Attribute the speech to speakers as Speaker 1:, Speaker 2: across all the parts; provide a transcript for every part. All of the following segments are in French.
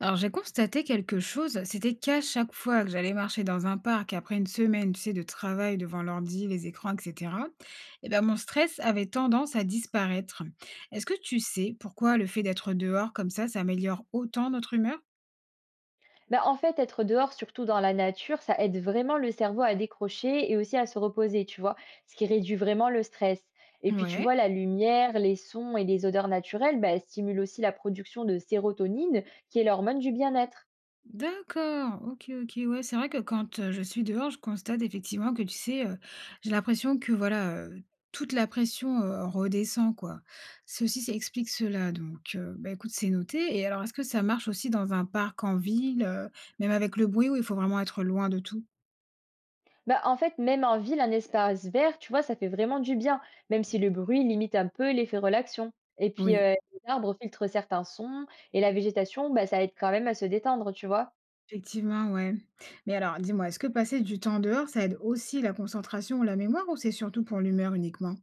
Speaker 1: Alors j'ai constaté quelque chose, c'était qu'à chaque fois que j'allais marcher dans un parc après une semaine, tu sais, de travail devant l'ordi, les écrans, etc., eh ben, mon stress avait tendance à disparaître. Est-ce que tu sais pourquoi le fait d'être dehors comme ça améliore autant notre humeur?
Speaker 2: Bah, en fait, être dehors, surtout dans la nature, ça aide vraiment le cerveau à décrocher et aussi à se reposer, tu vois, ce qui réduit vraiment le stress. Et puis, tu vois,
Speaker 1: Ouais.
Speaker 2: la lumière, les sons et les odeurs naturelles, bah, elles stimulent aussi la production de sérotonine, qui est l'hormone du bien-être.
Speaker 1: D'accord, OK, OK. Ouais, c'est vrai que quand, je suis dehors, je constate effectivement que, tu sais, j'ai l'impression que voilà, toute la pression, redescend quoi. Ceci c'est explique cela donc, bah, écoute, c'est noté et alors est-ce que ça marche aussi dans un parc en ville, même avec le bruit où il faut vraiment être loin de tout?
Speaker 2: Bah, en fait, même en ville, un espace vert, tu vois, ça fait vraiment du bien, même si le bruit limite un peu l'effet relaxation. Et puis,
Speaker 1: Oui,
Speaker 2: les arbres filtrent certains sons et la végétation, bah, ça aide quand même à se détendre, tu vois.
Speaker 1: effectivement, ouais. Mais alors dis-moi, est-ce que passer du temps dehors, ça aide aussi la concentration ou la mémoire ou c'est surtout pour l'humeur uniquement?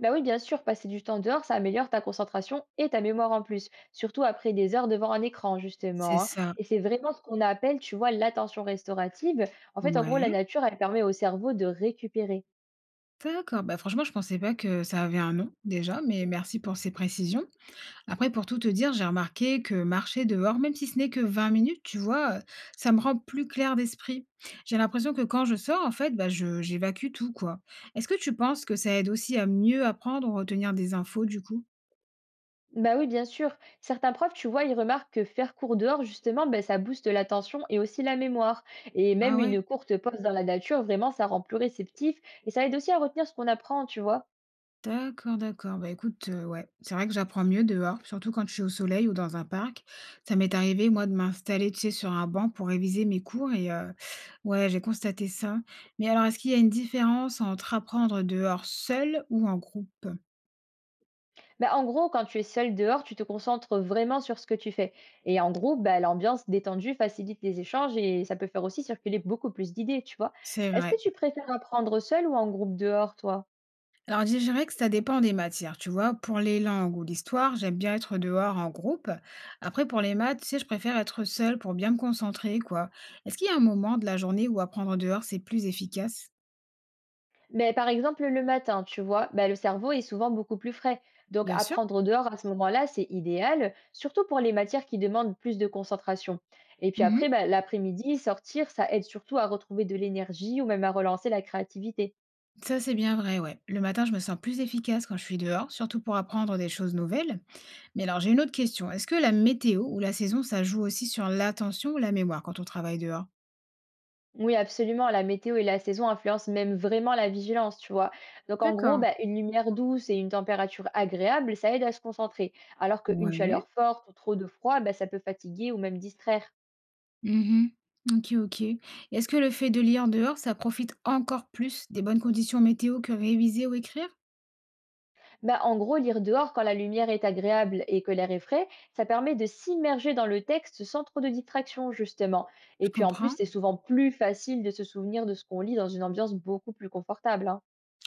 Speaker 2: Bah oui, bien sûr, passer du temps dehors, ça améliore ta concentration et ta mémoire en plus, surtout après des heures devant un écran,
Speaker 1: C'est
Speaker 2: justement, hein.
Speaker 1: ça,
Speaker 2: Et c'est vraiment ce qu'on appelle, tu vois, l'attention restaurative. En fait, en gros,
Speaker 1: ouais.
Speaker 2: la nature, elle permet au cerveau de récupérer.
Speaker 1: D'accord, bah, franchement, je pensais pas que ça avait un nom déjà, mais merci pour ces précisions. Après, pour tout te dire, j'ai remarqué que marcher dehors, même si ce n'est que 20 minutes, tu vois, ça me rend plus clair d'esprit. J'ai l'impression que quand je sors, en fait, bah, j'évacue tout, quoi. Est-ce que tu penses que ça aide aussi à mieux apprendre ou retenir des infos, du coup?
Speaker 2: Bah oui, bien sûr. Certains profs, tu vois, ils remarquent que faire cours dehors, justement, ben ça booste l'attention et aussi la mémoire. Et
Speaker 1: Ah
Speaker 2: même
Speaker 1: ouais.
Speaker 2: une courte pause dans la nature, vraiment, ça rend plus réceptif et ça aide aussi à retenir ce qu'on apprend, tu vois.
Speaker 1: D'accord, d'accord. Bah, écoute, ouais, c'est vrai que j'apprends mieux dehors, surtout quand je suis au soleil ou dans un parc. Ça m'est arrivé, moi, de m'installer, tu sais, sur un banc pour réviser mes cours et ouais, j'ai constaté ça. Mais alors, est-ce qu'il y a une différence entre apprendre dehors seul ou en groupe?
Speaker 2: Bah, en gros, quand tu es seul dehors, tu te concentres vraiment sur ce que tu fais. Et en groupe, bah, l'ambiance détendue facilite les échanges et ça peut faire aussi circuler beaucoup plus d'idées, tu vois.
Speaker 1: C'est
Speaker 2: Est-ce que
Speaker 1: vrai.
Speaker 2: tu préfères apprendre seul ou en groupe dehors, toi?
Speaker 1: Alors, je dirais que ça dépend des matières, tu vois? Pour les langues ou l'histoire, j'aime bien être dehors en groupe. Après, pour les maths, tu sais, je préfère être seule pour bien me concentrer, quoi. Est-ce qu'il y a un moment de la journée où apprendre dehors, c'est plus efficace?
Speaker 2: Mais par exemple, le matin, tu vois, bah, le cerveau est souvent beaucoup plus frais. Donc,
Speaker 1: Bien sûr.
Speaker 2: apprendre dehors à ce moment-là, c'est idéal, surtout pour les matières qui demandent plus de concentration. Et puis après,
Speaker 1: Mmh.
Speaker 2: bah, l'après-midi, sortir, ça aide surtout à retrouver de l'énergie ou même à relancer la créativité.
Speaker 1: Ça, c'est bien vrai, ouais. Le matin, je me sens plus efficace quand je suis dehors, surtout pour apprendre des choses nouvelles. Mais alors, j'ai une autre question. Est-ce que la météo ou la saison, ça joue aussi sur l'attention ou la mémoire quand on travaille dehors?
Speaker 2: Oui, absolument. La météo et la saison influencent même vraiment la vigilance, tu vois. Donc, en gros,
Speaker 1: D'accord.
Speaker 2: bah, une lumière douce et une température agréable, ça aide à se concentrer. Alors qu'une
Speaker 1: Ouais.
Speaker 2: chaleur forte ou trop de froid, bah, ça peut fatiguer ou même distraire.
Speaker 1: Mhm. Ok, ok. Est-ce que le fait de lire dehors, ça profite encore plus des bonnes conditions météo que réviser ou écrire?
Speaker 2: Bah, en gros, lire dehors quand la lumière est agréable et que l'air est frais, ça permet de s'immerger dans le texte sans trop de distraction, justement. Et
Speaker 1: Je
Speaker 2: puis, en plus,
Speaker 1: comprends.
Speaker 2: c'est souvent plus facile de se souvenir de ce qu'on lit dans une ambiance beaucoup plus confortable, hein.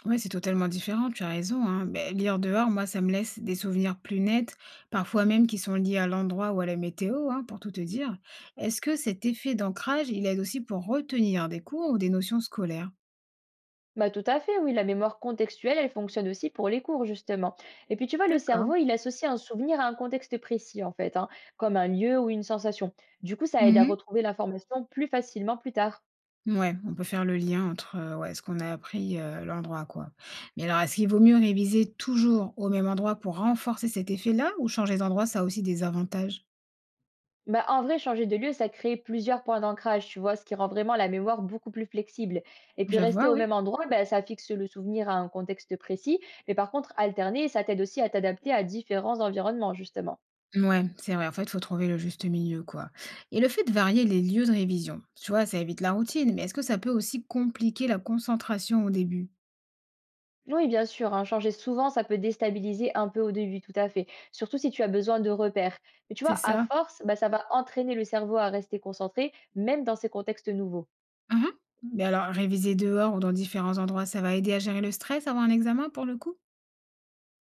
Speaker 1: Ouais, c'est totalement différent, tu as raison, hein. Beh, lire dehors, moi, ça me laisse des souvenirs plus nets, parfois même qui sont liés à l'endroit ou à la météo, hein, pour tout te dire. Est-ce que cet effet d'ancrage, il aide aussi pour retenir des cours ou des notions scolaires?
Speaker 2: Bah, tout à fait, oui, la mémoire contextuelle, elle fonctionne aussi pour les cours, justement. Et puis, tu vois, le
Speaker 1: D'accord.
Speaker 2: cerveau, il associe un souvenir à un contexte précis, en fait, hein, comme un lieu ou une sensation. Du coup, ça aide à
Speaker 1: Mhm.
Speaker 2: retrouver l'information plus facilement plus tard.
Speaker 1: Ouais, on peut faire le lien entre ouais, ce qu'on a appris, l'endroit, quoi. Mais alors, est-ce qu'il vaut mieux réviser toujours au même endroit pour renforcer cet effet-là ou changer d'endroit, ça a aussi des avantages?
Speaker 2: Bah, en vrai, changer de lieu, ça crée plusieurs points d'ancrage, tu vois, ce qui rend vraiment la mémoire beaucoup plus flexible. Et puis,
Speaker 1: Je
Speaker 2: rester
Speaker 1: vois,
Speaker 2: au
Speaker 1: ouais.
Speaker 2: même endroit, bah, ça fixe le souvenir à un contexte précis, mais par contre, alterner, ça t'aide aussi à t'adapter à différents environnements, justement.
Speaker 1: Ouais, c'est vrai. En fait, il faut trouver le juste milieu, quoi. Et le fait de varier les lieux de révision, tu vois, ça évite la routine, mais est-ce que ça peut aussi compliquer la concentration au début?
Speaker 2: Oui, bien sûr, hein, changer souvent, ça peut déstabiliser un peu au début, tout à fait. Surtout si tu as besoin de repères. Mais tu
Speaker 1: C'est
Speaker 2: vois, à
Speaker 1: ça?
Speaker 2: force, bah, ça va entraîner le cerveau à rester concentré, même dans ces contextes nouveaux.
Speaker 1: Mhm. Mais alors, réviser dehors ou dans différents endroits, ça va aider à gérer le stress avant un examen, pour le coup?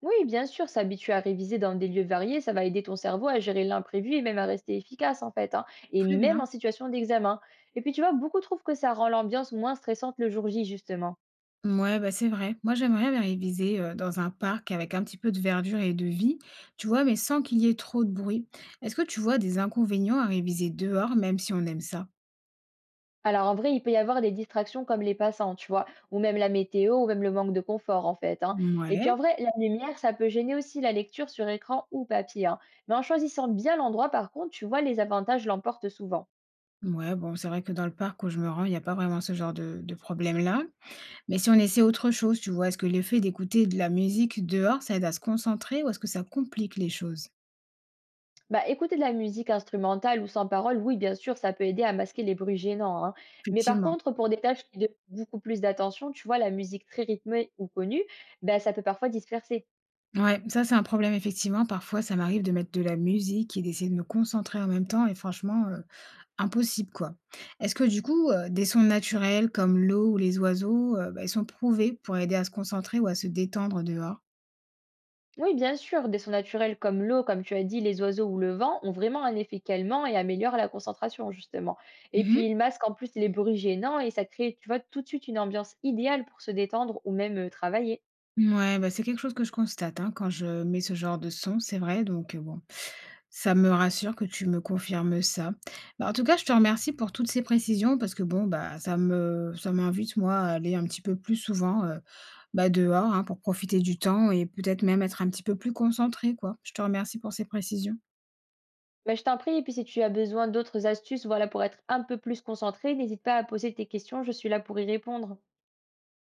Speaker 2: Oui, bien sûr, s'habituer à réviser dans des lieux variés, ça va aider ton cerveau à gérer l'imprévu et même à rester efficace, en fait, hein, et
Speaker 1: Très
Speaker 2: même en
Speaker 1: bien.
Speaker 2: situation d'examen. Et puis, tu vois, beaucoup trouvent que ça rend l'ambiance moins stressante le jour J, justement.
Speaker 1: Ouais, bah c'est vrai. Moi, j'aimerais bien réviser dans un parc avec un petit peu de verdure et de vie, tu vois, mais sans qu'il y ait trop de bruit. Est-ce que tu vois des inconvénients à réviser dehors, même si on aime ça?
Speaker 2: Alors en vrai, il peut y avoir des distractions comme les passants, tu vois, ou même la météo, ou même le manque de confort en fait, hein. Et puis en
Speaker 1: Ouais.
Speaker 2: vrai, la lumière, ça peut gêner aussi la lecture sur écran ou papier, hein. Mais en choisissant bien l'endroit, par contre, tu vois, les avantages l'emportent souvent.
Speaker 1: Ouais, bon, c'est vrai que dans le parc où je me rends, il n'y a pas vraiment ce genre de problème-là. Mais si on essaie autre chose, tu vois, est-ce que le fait d'écouter de la musique dehors, ça aide à se concentrer ou est-ce que ça complique les choses?
Speaker 2: Bah, écouter de la musique instrumentale ou sans parole, oui, bien sûr, ça peut aider à masquer les bruits gênants, hein. Mais par
Speaker 1: Effectivement.
Speaker 2: contre, pour des tâches qui demandent beaucoup plus d'attention, tu vois, la musique très rythmée ou connue, bah, ça peut parfois disperser.
Speaker 1: Ouais, ça, c'est un problème, effectivement. Parfois, ça m'arrive de mettre de la musique et d'essayer de me concentrer en même temps et franchement, impossible, quoi. Est-ce que du coup, des sons naturels comme l'eau ou les oiseaux, bah, ils sont prouvés pour aider à se concentrer ou à se détendre dehors?
Speaker 2: Oui, bien sûr, des sons naturels comme l'eau, comme tu as dit, les oiseaux ou le vent ont vraiment un effet calmant et améliorent la concentration, justement. Et puis,
Speaker 1: Mmh.
Speaker 2: ils masquent en plus les bruits gênants et ça crée, tu vois, tout de suite une ambiance idéale pour se détendre ou même travailler.
Speaker 1: Ouais, bah, c'est quelque chose que je constate, hein, quand je mets ce genre de son, c'est vrai, donc bon, ça me rassure que tu me confirmes ça. Bah, en tout cas, je te remercie pour toutes ces précisions parce que bon, bah, ça m'invite, moi, à aller un petit peu plus souvent, bah, dehors, hein, pour profiter du temps et peut-être même être un petit peu plus concentrée, quoi. Je te remercie pour ces précisions.
Speaker 2: Bah, je t'en prie, et puis si tu as besoin d'autres astuces, voilà, pour être un peu plus concentré, n'hésite pas à poser tes questions, je suis là pour y répondre.